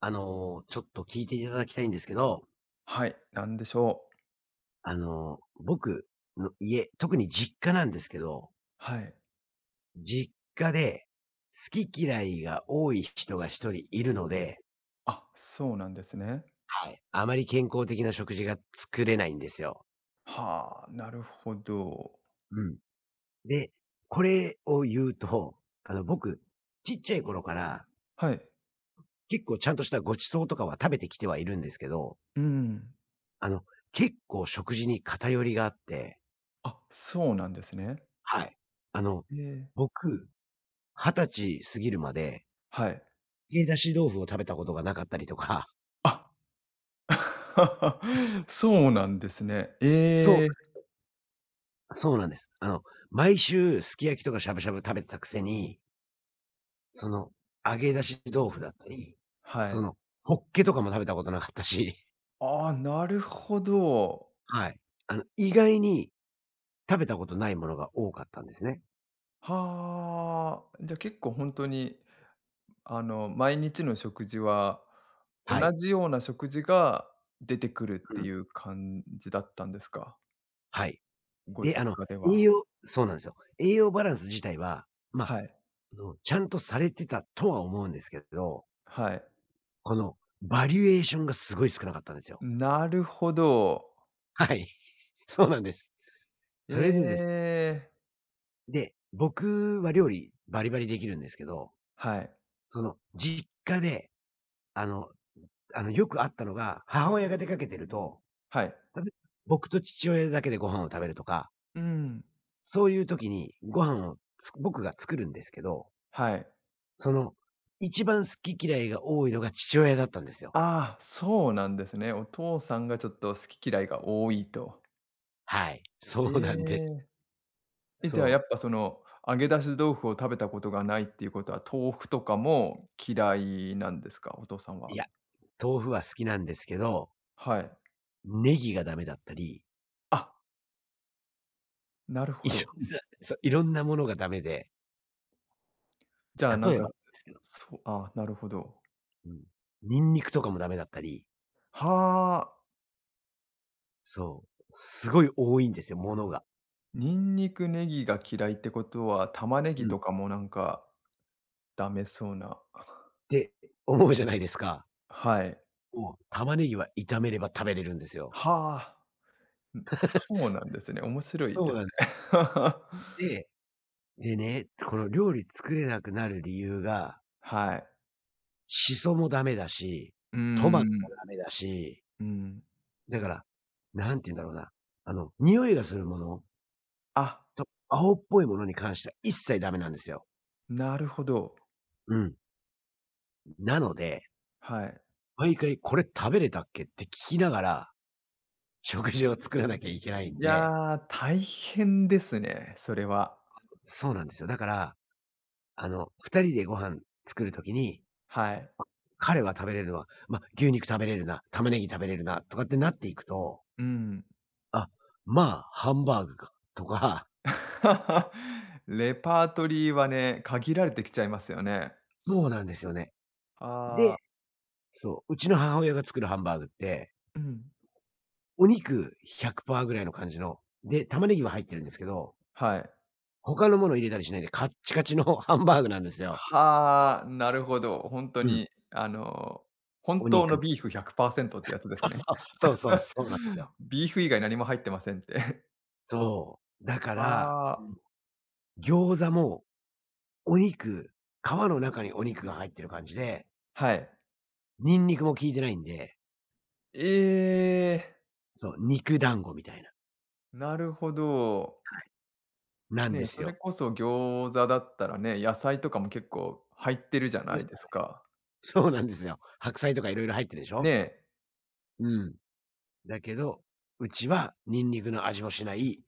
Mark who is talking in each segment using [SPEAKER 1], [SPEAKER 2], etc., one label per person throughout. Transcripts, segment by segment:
[SPEAKER 1] ちょっと聞いていただきたいんですけど、
[SPEAKER 2] はい、なんでしょう。
[SPEAKER 1] 僕の家、特に実家なんですけど、
[SPEAKER 2] はい。
[SPEAKER 1] 実家で好き嫌いが多い人が一人いるので、
[SPEAKER 2] あ、そうなんですね。
[SPEAKER 1] はい、あまり健康的な食事が作れないんですよ。
[SPEAKER 2] はあ、なるほど。
[SPEAKER 1] うん。で、これを言うと、僕、ちっちゃい頃から
[SPEAKER 2] はい。
[SPEAKER 1] 結構ちゃんとしたご馳走とかは食べてきてはいるんですけど、
[SPEAKER 2] うん。
[SPEAKER 1] あの、結構食事に偏りがあって、
[SPEAKER 2] あ、そうなんですね。
[SPEAKER 1] はい。あの、
[SPEAKER 2] ええ、
[SPEAKER 1] 僕20歳過ぎるまで、
[SPEAKER 2] はい。
[SPEAKER 1] 揚げ出し豆腐を食べたことがなかったりとか、
[SPEAKER 2] あ、そうなんですね。
[SPEAKER 1] そう、
[SPEAKER 2] ええ、
[SPEAKER 1] そうなんです。毎週すき焼きとかしゃぶしゃぶ食べてたくせに、その、揚げ出し豆腐だったり、
[SPEAKER 2] は
[SPEAKER 1] そ
[SPEAKER 2] い。
[SPEAKER 1] の、ホッケとかも食べたことなかったし、
[SPEAKER 2] ああ、なるほど。
[SPEAKER 1] はい。意外に食べたことないものが多かったんですね。
[SPEAKER 2] はあ。じゃ、結構本当に、毎日の食事は、
[SPEAKER 1] は
[SPEAKER 2] 同
[SPEAKER 1] い。
[SPEAKER 2] じような食事が出てくるっ
[SPEAKER 1] う
[SPEAKER 2] てい
[SPEAKER 1] ん。
[SPEAKER 2] う感じだったんですか？
[SPEAKER 1] はい。
[SPEAKER 2] ご
[SPEAKER 1] で、
[SPEAKER 2] 実家で
[SPEAKER 1] 栄
[SPEAKER 2] は。
[SPEAKER 1] 養そうなんですよ。栄養バランス自体は、まあ、
[SPEAKER 2] はい。
[SPEAKER 1] ちゃんとされてたとは思うんですけど、
[SPEAKER 2] はい。
[SPEAKER 1] このバリエーションがすごい少なかったんですよ。
[SPEAKER 2] なるほど。
[SPEAKER 1] はい、そうなんです。
[SPEAKER 2] え
[SPEAKER 1] それでです。
[SPEAKER 2] え。
[SPEAKER 1] で、僕は料理バリバリできるんですけど、
[SPEAKER 2] はい。
[SPEAKER 1] その実家で、あのよくあったのが、母親が出かけてると、
[SPEAKER 2] はい。
[SPEAKER 1] 例えば僕と父親だけでご飯を食べるとか、
[SPEAKER 2] うん。
[SPEAKER 1] そういう時にご飯を僕が作るんですけど、
[SPEAKER 2] はい。
[SPEAKER 1] その、一番好き嫌いが多いのが父親だったんですよ。
[SPEAKER 2] ああ、そうなんですね。お父さんがちょっと好き嫌いが多いと。
[SPEAKER 1] はい、
[SPEAKER 2] え
[SPEAKER 1] そうなんです。
[SPEAKER 2] え。え、じゃあや
[SPEAKER 1] そ
[SPEAKER 2] っぱ
[SPEAKER 1] う。
[SPEAKER 2] その、揚げ出し豆腐を食べたことがないっていうことは、豆腐とかも嫌いなんですか？お父さん
[SPEAKER 1] い
[SPEAKER 2] は。
[SPEAKER 1] や、豆腐は好きなんですけど、
[SPEAKER 2] はい。
[SPEAKER 1] ネギがダメだったり、
[SPEAKER 2] あ、なるほど。
[SPEAKER 1] いろんなものがダメで
[SPEAKER 2] じゃあなん
[SPEAKER 1] 例えば
[SPEAKER 2] か、
[SPEAKER 1] ですけど、
[SPEAKER 2] そう、ああ、なるほど。
[SPEAKER 1] うん。ニンニクとかもダメだったり、
[SPEAKER 2] はあ。
[SPEAKER 1] そう、すごい多いんですよ、ものが。
[SPEAKER 2] ニンニク、ネギが嫌いってことは、玉ね
[SPEAKER 1] う
[SPEAKER 2] ぎ
[SPEAKER 1] ん。
[SPEAKER 2] と
[SPEAKER 1] っ
[SPEAKER 2] かもなんかダメそうな、
[SPEAKER 1] て思うじゃないですか。
[SPEAKER 2] はい。
[SPEAKER 1] もう玉ねぎは炒めれば食べれるんですよ。
[SPEAKER 2] はあ、うん、そうなんですね。面白い
[SPEAKER 1] そ
[SPEAKER 2] で
[SPEAKER 1] う
[SPEAKER 2] す
[SPEAKER 1] なんで
[SPEAKER 2] ね。
[SPEAKER 1] す。で、でね、この料理作れなくなる理由が、
[SPEAKER 2] はい。
[SPEAKER 1] シソもダメだし、
[SPEAKER 2] うー
[SPEAKER 1] トマトも
[SPEAKER 2] ん、
[SPEAKER 1] ダメだし、
[SPEAKER 2] うん。
[SPEAKER 1] だから、何て言うんだろうな、匂いがするもの
[SPEAKER 2] あ、
[SPEAKER 1] と、青っぽいものに関しては一切ダメなんですよ。
[SPEAKER 2] なるほど。
[SPEAKER 1] うん。なので、
[SPEAKER 2] はい。
[SPEAKER 1] 毎回これ食べれたっけって聞きながら食事を作らなきゃいけないん
[SPEAKER 2] い
[SPEAKER 1] で、
[SPEAKER 2] やー、大変ですね、それは。
[SPEAKER 1] そうなんですよ。だから、二人でご飯作るときに、
[SPEAKER 2] はい。
[SPEAKER 1] 彼は食べれるのは、ま、牛肉食べれるな、玉ねぎ食べれるなとかってなっていくと、
[SPEAKER 2] うん。
[SPEAKER 1] あ、まあ、ハンバーグかとか、
[SPEAKER 2] レパートリーはね、限られてきちゃいますよね。
[SPEAKER 1] そうなんですよね。
[SPEAKER 2] あ
[SPEAKER 1] で、
[SPEAKER 2] あ、
[SPEAKER 1] そう、うちの母親が作るハンバーグって、
[SPEAKER 2] うん、
[SPEAKER 1] お肉100%ぐらいの感じの、で、玉ねぎは入ってるんですけど、
[SPEAKER 2] はい。
[SPEAKER 1] 他のもの入れたりしないでカッチカチの ハンバーグなんですよ。
[SPEAKER 2] はあ、なるほど。本当
[SPEAKER 1] うん、
[SPEAKER 2] に、本
[SPEAKER 1] お
[SPEAKER 2] 当
[SPEAKER 1] 肉
[SPEAKER 2] の
[SPEAKER 1] の。
[SPEAKER 2] ビーフ100%ってやつですね。
[SPEAKER 1] そうそうそうそう、そうなんですよ。
[SPEAKER 2] ビーフ以外何も入ってませんって。
[SPEAKER 1] そう。だから、
[SPEAKER 2] あ
[SPEAKER 1] そ
[SPEAKER 2] あ。
[SPEAKER 1] 餃子もお肉、皮の中にお肉が入ってる感じで、
[SPEAKER 2] はい。
[SPEAKER 1] ニンニクも効いてないんで、
[SPEAKER 2] ええ、
[SPEAKER 1] そう、肉団子みたいな、
[SPEAKER 2] なるほど。
[SPEAKER 1] はい、なん
[SPEAKER 2] ね、
[SPEAKER 1] で
[SPEAKER 2] そ
[SPEAKER 1] す
[SPEAKER 2] れ
[SPEAKER 1] よ。
[SPEAKER 2] こそ餃子だったらね、野菜とかも結構入ってるじゃな
[SPEAKER 1] で
[SPEAKER 2] い
[SPEAKER 1] す
[SPEAKER 2] で
[SPEAKER 1] よ
[SPEAKER 2] す
[SPEAKER 1] ね。
[SPEAKER 2] か。
[SPEAKER 1] そうなんですよ。白菜とか色々入ってるでしょ。
[SPEAKER 2] ね、
[SPEAKER 1] うん。だけど、うちはニンニクの味もしない、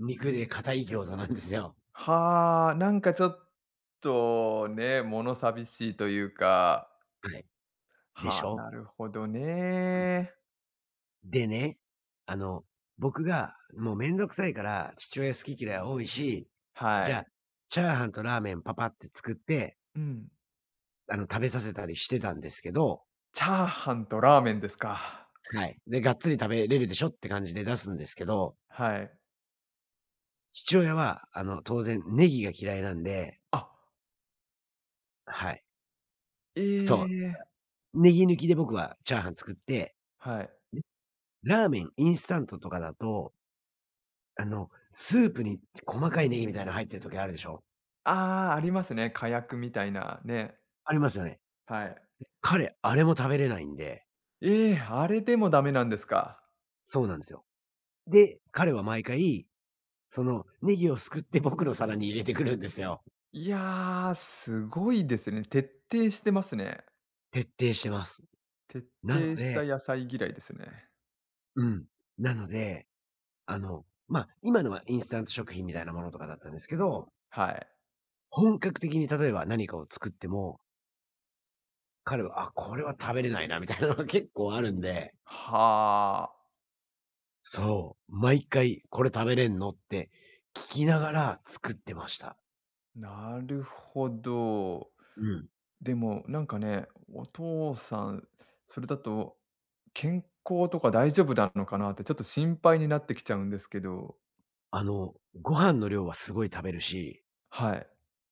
[SPEAKER 1] 肉で硬い餃子なんですよ。
[SPEAKER 2] はあ、なんかちょっとね、物寂しいというか、
[SPEAKER 1] はい。でし
[SPEAKER 2] はあ、
[SPEAKER 1] ょ。
[SPEAKER 2] なるほど
[SPEAKER 1] うん。
[SPEAKER 2] ね。
[SPEAKER 1] でね、あの、僕がもうめんどくさいから、父親好き嫌い多いし、
[SPEAKER 2] は
[SPEAKER 1] じゃ
[SPEAKER 2] い。
[SPEAKER 1] あ、チャーハンとラーメンパパって作って
[SPEAKER 2] うん。
[SPEAKER 1] 食べさせたりしてたんですけど、
[SPEAKER 2] チャーハンとラーメンですか。
[SPEAKER 1] はい。で、がっつり食べれるでしょって感じで出すんですけど、
[SPEAKER 2] はい。
[SPEAKER 1] 父親は、当然ネギが嫌いなんで、
[SPEAKER 2] あ、
[SPEAKER 1] はい。
[SPEAKER 2] え
[SPEAKER 1] そ
[SPEAKER 2] え、
[SPEAKER 1] う、ネギ抜きで僕はチャーハン作って、
[SPEAKER 2] はい。
[SPEAKER 1] で、ラーメン、インスタントとかだと、スープに細かいネギみたいなの入ってる時あるでしょ？
[SPEAKER 2] ああ、ありますね。火薬みたいな、ね。
[SPEAKER 1] ありますよね。
[SPEAKER 2] はい。
[SPEAKER 1] 彼、あれも食べれないんで、
[SPEAKER 2] ええ、あれでもダメなんですか。
[SPEAKER 1] そうなんですよ。で、彼は毎回、そのネギをすくって僕の皿に入れてくるんですよ。
[SPEAKER 2] いや、すごいですね。徹底してますね。
[SPEAKER 1] 徹底してます。
[SPEAKER 2] 徹
[SPEAKER 1] なの
[SPEAKER 2] 底した
[SPEAKER 1] で
[SPEAKER 2] 野菜嫌いですね。
[SPEAKER 1] うん。なので、まあ、今のはインスタント食品みたいなものとかだったんですけど、
[SPEAKER 2] はい。
[SPEAKER 1] 本格的に例えば何かを作っても、彼は、あ、これは食べれないなみたいなのが結構あるんで、
[SPEAKER 2] はあ、
[SPEAKER 1] そう、毎回これ食べれんのって聞きながら作ってました。
[SPEAKER 2] なるほど。
[SPEAKER 1] うん。
[SPEAKER 2] でも、なんかね、お父さん、それだと、健康とか大丈夫なのかなってちょっと心配になってきちゃうんですけど、
[SPEAKER 1] あの、ご飯の量はすごい食べるし、
[SPEAKER 2] はい。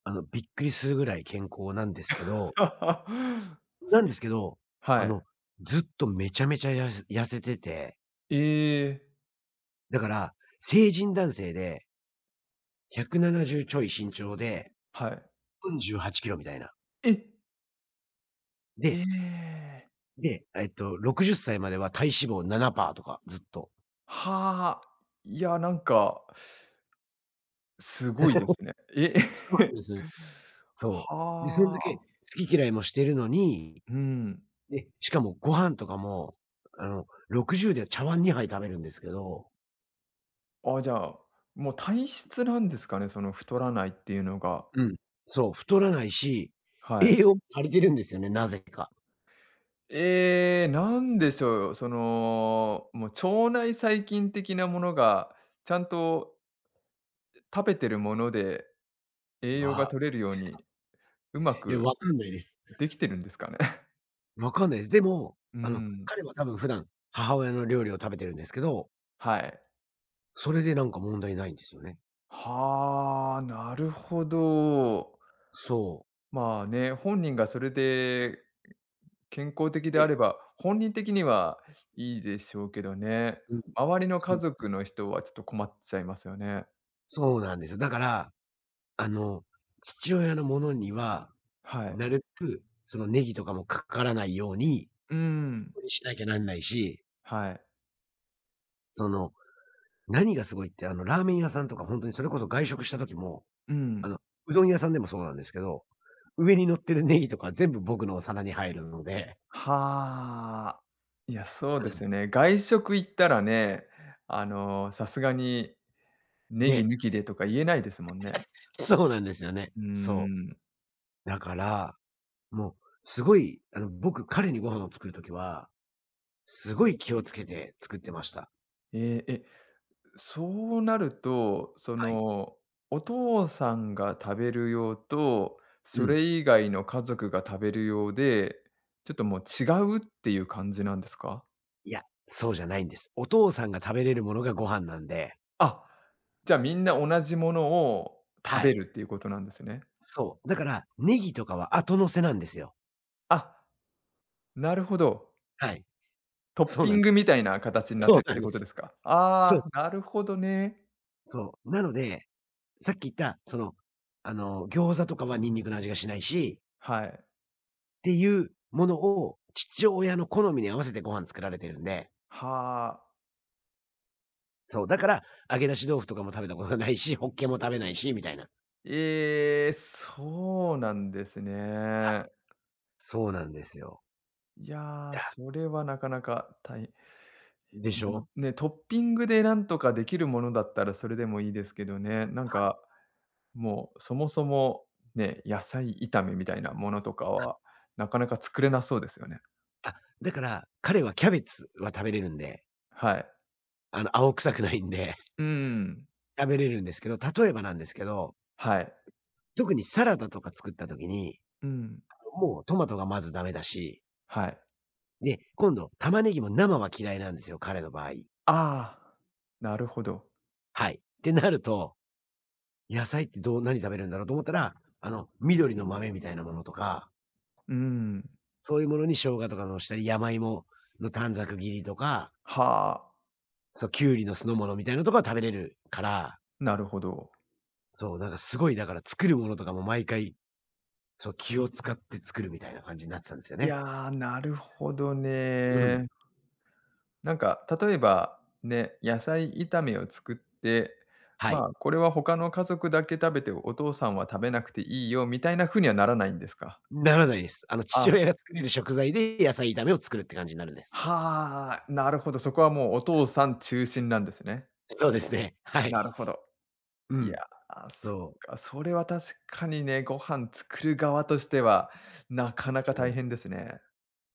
[SPEAKER 1] びっくりするぐらい健康なんですけど なんですけど、
[SPEAKER 2] は
[SPEAKER 1] あ
[SPEAKER 2] い。
[SPEAKER 1] の、ずっとめちゃめちゃ痩せてて、
[SPEAKER 2] ええ、
[SPEAKER 1] だから、成人男性で170ちょい身長で、
[SPEAKER 2] はい。
[SPEAKER 1] 48キロみたいな。
[SPEAKER 2] え！え
[SPEAKER 1] で、
[SPEAKER 2] え。
[SPEAKER 1] で、えっと、60歳までは体脂肪7%とか、ずっと。
[SPEAKER 2] はあ。いや、なんか、すごいですね。え、
[SPEAKER 1] すごい ですね。そう。で、そん
[SPEAKER 2] は
[SPEAKER 1] だけ
[SPEAKER 2] あ。
[SPEAKER 1] 好き嫌いもしてるのに、
[SPEAKER 2] うん。
[SPEAKER 1] で、しかもご飯とかも、あの、60で茶碗2杯食べるんですけど、
[SPEAKER 2] あ、じゃあ、もう体質なんですかね、その太らないっていうのが。
[SPEAKER 1] うん。そう、太らないし、
[SPEAKER 2] は
[SPEAKER 1] 栄
[SPEAKER 2] い。
[SPEAKER 1] 養も足りてるんですよね、なぜか。
[SPEAKER 2] えーなんでしょう、その、もう腸内細菌的なものが、ちゃんと食べてるもので栄養が
[SPEAKER 1] わ
[SPEAKER 2] 取れるように、うま
[SPEAKER 1] いや、
[SPEAKER 2] く
[SPEAKER 1] わかんないです。
[SPEAKER 2] できてるんですかね。
[SPEAKER 1] わかんないです。でも、
[SPEAKER 2] うん。
[SPEAKER 1] 彼は多分普段、母親の料理を食べてるんですけど、
[SPEAKER 2] はい。
[SPEAKER 1] それでなんか問題ないんですよね。
[SPEAKER 2] はあ、なるほど。
[SPEAKER 1] そう。
[SPEAKER 2] まあね、本人がそれで健康的であ
[SPEAKER 1] で
[SPEAKER 2] れば、本人的にはいいでしょうけどね。
[SPEAKER 1] うん。
[SPEAKER 2] 周りの
[SPEAKER 1] そ
[SPEAKER 2] 家
[SPEAKER 1] う
[SPEAKER 2] 族の人はちょっと困っちゃいますよね。
[SPEAKER 1] そうなんですよ。だから、あの、父親のものには、
[SPEAKER 2] はい。
[SPEAKER 1] なるべく、そのネギとかもかからないように、
[SPEAKER 2] うーん。
[SPEAKER 1] しなきゃなんないし、
[SPEAKER 2] はい。
[SPEAKER 1] その、何がすごいって、ラーメン屋さんとか本当にそれこそ外食した時も、
[SPEAKER 2] う
[SPEAKER 1] あ
[SPEAKER 2] ん。
[SPEAKER 1] の、うどん屋さんでもそうなんですけど、上に乗ってるネギとか全部僕のお皿に入るので、
[SPEAKER 2] はあ。いや、そうで
[SPEAKER 1] う
[SPEAKER 2] す
[SPEAKER 1] ん、
[SPEAKER 2] よね。外食行ったらね、さすがにネギ
[SPEAKER 1] ね、
[SPEAKER 2] 抜きでとか言えないですもんね。
[SPEAKER 1] そうなんですよね。
[SPEAKER 2] うー
[SPEAKER 1] そ
[SPEAKER 2] ん。
[SPEAKER 1] う。だから、もうすごい、僕、彼にご飯を作る時はすごい気をつけて作ってました。
[SPEAKER 2] ええ、え、そうなると、そ
[SPEAKER 1] はい。
[SPEAKER 2] の、お父さんが食べる用と、
[SPEAKER 1] う
[SPEAKER 2] そ
[SPEAKER 1] ん。
[SPEAKER 2] れ以外の家族が食べる用で、ちょっともう違うっていう感じなんですか？
[SPEAKER 1] いや、そうじゃないんです。お父さんが食べれるものがご飯なんで。
[SPEAKER 2] あ、じゃあみんな同じものを食
[SPEAKER 1] は
[SPEAKER 2] べ
[SPEAKER 1] い。
[SPEAKER 2] るっていうことなんですね。
[SPEAKER 1] そう。だから、ネギとかは後乗せなんですよ。
[SPEAKER 2] あ、なるほど。
[SPEAKER 1] はい。
[SPEAKER 2] トッ
[SPEAKER 1] そう
[SPEAKER 2] ピ
[SPEAKER 1] なん
[SPEAKER 2] ン
[SPEAKER 1] で
[SPEAKER 2] グ
[SPEAKER 1] す。
[SPEAKER 2] みたいな形になっ
[SPEAKER 1] そ
[SPEAKER 2] て
[SPEAKER 1] う
[SPEAKER 2] るっ
[SPEAKER 1] な
[SPEAKER 2] て
[SPEAKER 1] んで
[SPEAKER 2] ことで
[SPEAKER 1] す。
[SPEAKER 2] すか？
[SPEAKER 1] そう、
[SPEAKER 2] ああ、なるほどね。
[SPEAKER 1] そう。なので、さっき言った、餃子とかはニンニクの味がしないし、
[SPEAKER 2] はい。
[SPEAKER 1] っていうものを父親の好みに合わせてご飯作られてるんで。
[SPEAKER 2] はあ。
[SPEAKER 1] そう、だから、揚げ出し豆腐とかも食べたことがないし、ホッケも食べないし、みたいな。
[SPEAKER 2] ええ、そうなんです
[SPEAKER 1] はい。
[SPEAKER 2] ね。
[SPEAKER 1] そうなんですよ。
[SPEAKER 2] いやー、
[SPEAKER 1] だ
[SPEAKER 2] それはなかなか大
[SPEAKER 1] でし
[SPEAKER 2] でも
[SPEAKER 1] ょ？
[SPEAKER 2] ね、トッピングでなんとかできるものだったらそれでもいいですけどね、なんか、もうそもそもね、野菜炒めみたいなものとかは、なかなか作れなそうですよね。
[SPEAKER 1] あ、だから、彼はキャベツは食べれるんで、
[SPEAKER 2] はい。
[SPEAKER 1] 青臭くないんで、
[SPEAKER 2] うーん。
[SPEAKER 1] 食べれるんですけど、例えばなんですけど、
[SPEAKER 2] はい。
[SPEAKER 1] 特にサラダとか作った時に、
[SPEAKER 2] うん。
[SPEAKER 1] もうトマトがまずダメだし、
[SPEAKER 2] はい。
[SPEAKER 1] で、今度玉ねぎも生は嫌いなんですよ、彼の場合。
[SPEAKER 2] ああ、なるほど。
[SPEAKER 1] はい。ってなると、野菜って何食べるんだろうと思ったら、緑の豆みたいなものとか、
[SPEAKER 2] うーん。
[SPEAKER 1] そういうものに生姜とかのしたり、山芋の短冊切りとか、
[SPEAKER 2] はあ、
[SPEAKER 1] そう、きゅうりの酢の物みたいなのとかは食べれるから
[SPEAKER 2] なるほど。
[SPEAKER 1] そう、なんかすごいだから作るものとかも毎回、そう、気を使って作るみたいな感じになってたんですよ
[SPEAKER 2] い
[SPEAKER 1] ね。
[SPEAKER 2] やー、なるほど
[SPEAKER 1] うん。
[SPEAKER 2] ね。なんか、例えば、ね、野菜炒めを作って、
[SPEAKER 1] は
[SPEAKER 2] ま
[SPEAKER 1] い。
[SPEAKER 2] あ、これは他の家族だけ食べて、お父さんは食べなくていいよみたいな風にはならないんですか？
[SPEAKER 1] ならないです。父
[SPEAKER 2] あ、
[SPEAKER 1] 親が作れる食材で野菜炒めを作るって感じになるんです。
[SPEAKER 2] はあ、なるほど、そこはもうお父さん中心なんですね。
[SPEAKER 1] そうですね。はい。
[SPEAKER 2] なるほど。
[SPEAKER 1] う
[SPEAKER 2] いや
[SPEAKER 1] ん。
[SPEAKER 2] ー、そっ
[SPEAKER 1] そう。
[SPEAKER 2] か、それは確かにね、ご飯作る側としては、なかなか大
[SPEAKER 1] そう。
[SPEAKER 2] 変ですね。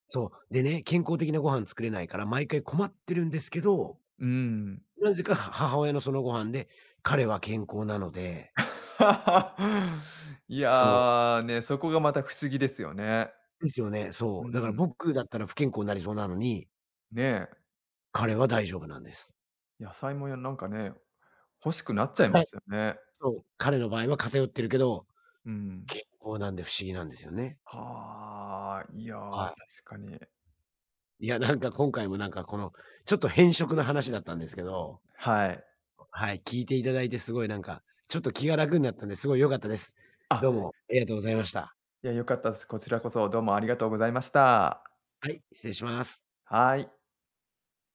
[SPEAKER 1] そう。でね、健康的なご飯作れないから毎回困ってるんですけど、
[SPEAKER 2] うーん。
[SPEAKER 1] なぜか母親のそのご飯で、彼は健康なので、
[SPEAKER 2] いや
[SPEAKER 1] そう。
[SPEAKER 2] ー、ね、そこがまた不思議ですよね。
[SPEAKER 1] ですよね、
[SPEAKER 2] う
[SPEAKER 1] そう。だから
[SPEAKER 2] ん、
[SPEAKER 1] 僕だったら不健康になりそうなのに、
[SPEAKER 2] ねえ。
[SPEAKER 1] 彼は大丈夫なんです。
[SPEAKER 2] 野菜も、やなんかね、欲しくなっちゃい
[SPEAKER 1] は
[SPEAKER 2] ま
[SPEAKER 1] い。
[SPEAKER 2] すよね。
[SPEAKER 1] そう、彼の場合は偏ってるけど、
[SPEAKER 2] うん。
[SPEAKER 1] 健康なんで不思議なんですよね。
[SPEAKER 2] はあ、いや、
[SPEAKER 1] は
[SPEAKER 2] 確かに。
[SPEAKER 1] い。いや、なんか今回もなんかこの、ちょっと偏食の話だったんですけど、
[SPEAKER 2] はい。
[SPEAKER 1] はい、聞いていただいてすごいなんか、ちょっと気が楽になったんで、すごい良かったです。
[SPEAKER 2] あ、
[SPEAKER 1] どうもありがとうございました。
[SPEAKER 2] いや、良かったです。こちらこそどうもありがとうございました。
[SPEAKER 1] はい、失礼します。
[SPEAKER 2] はい。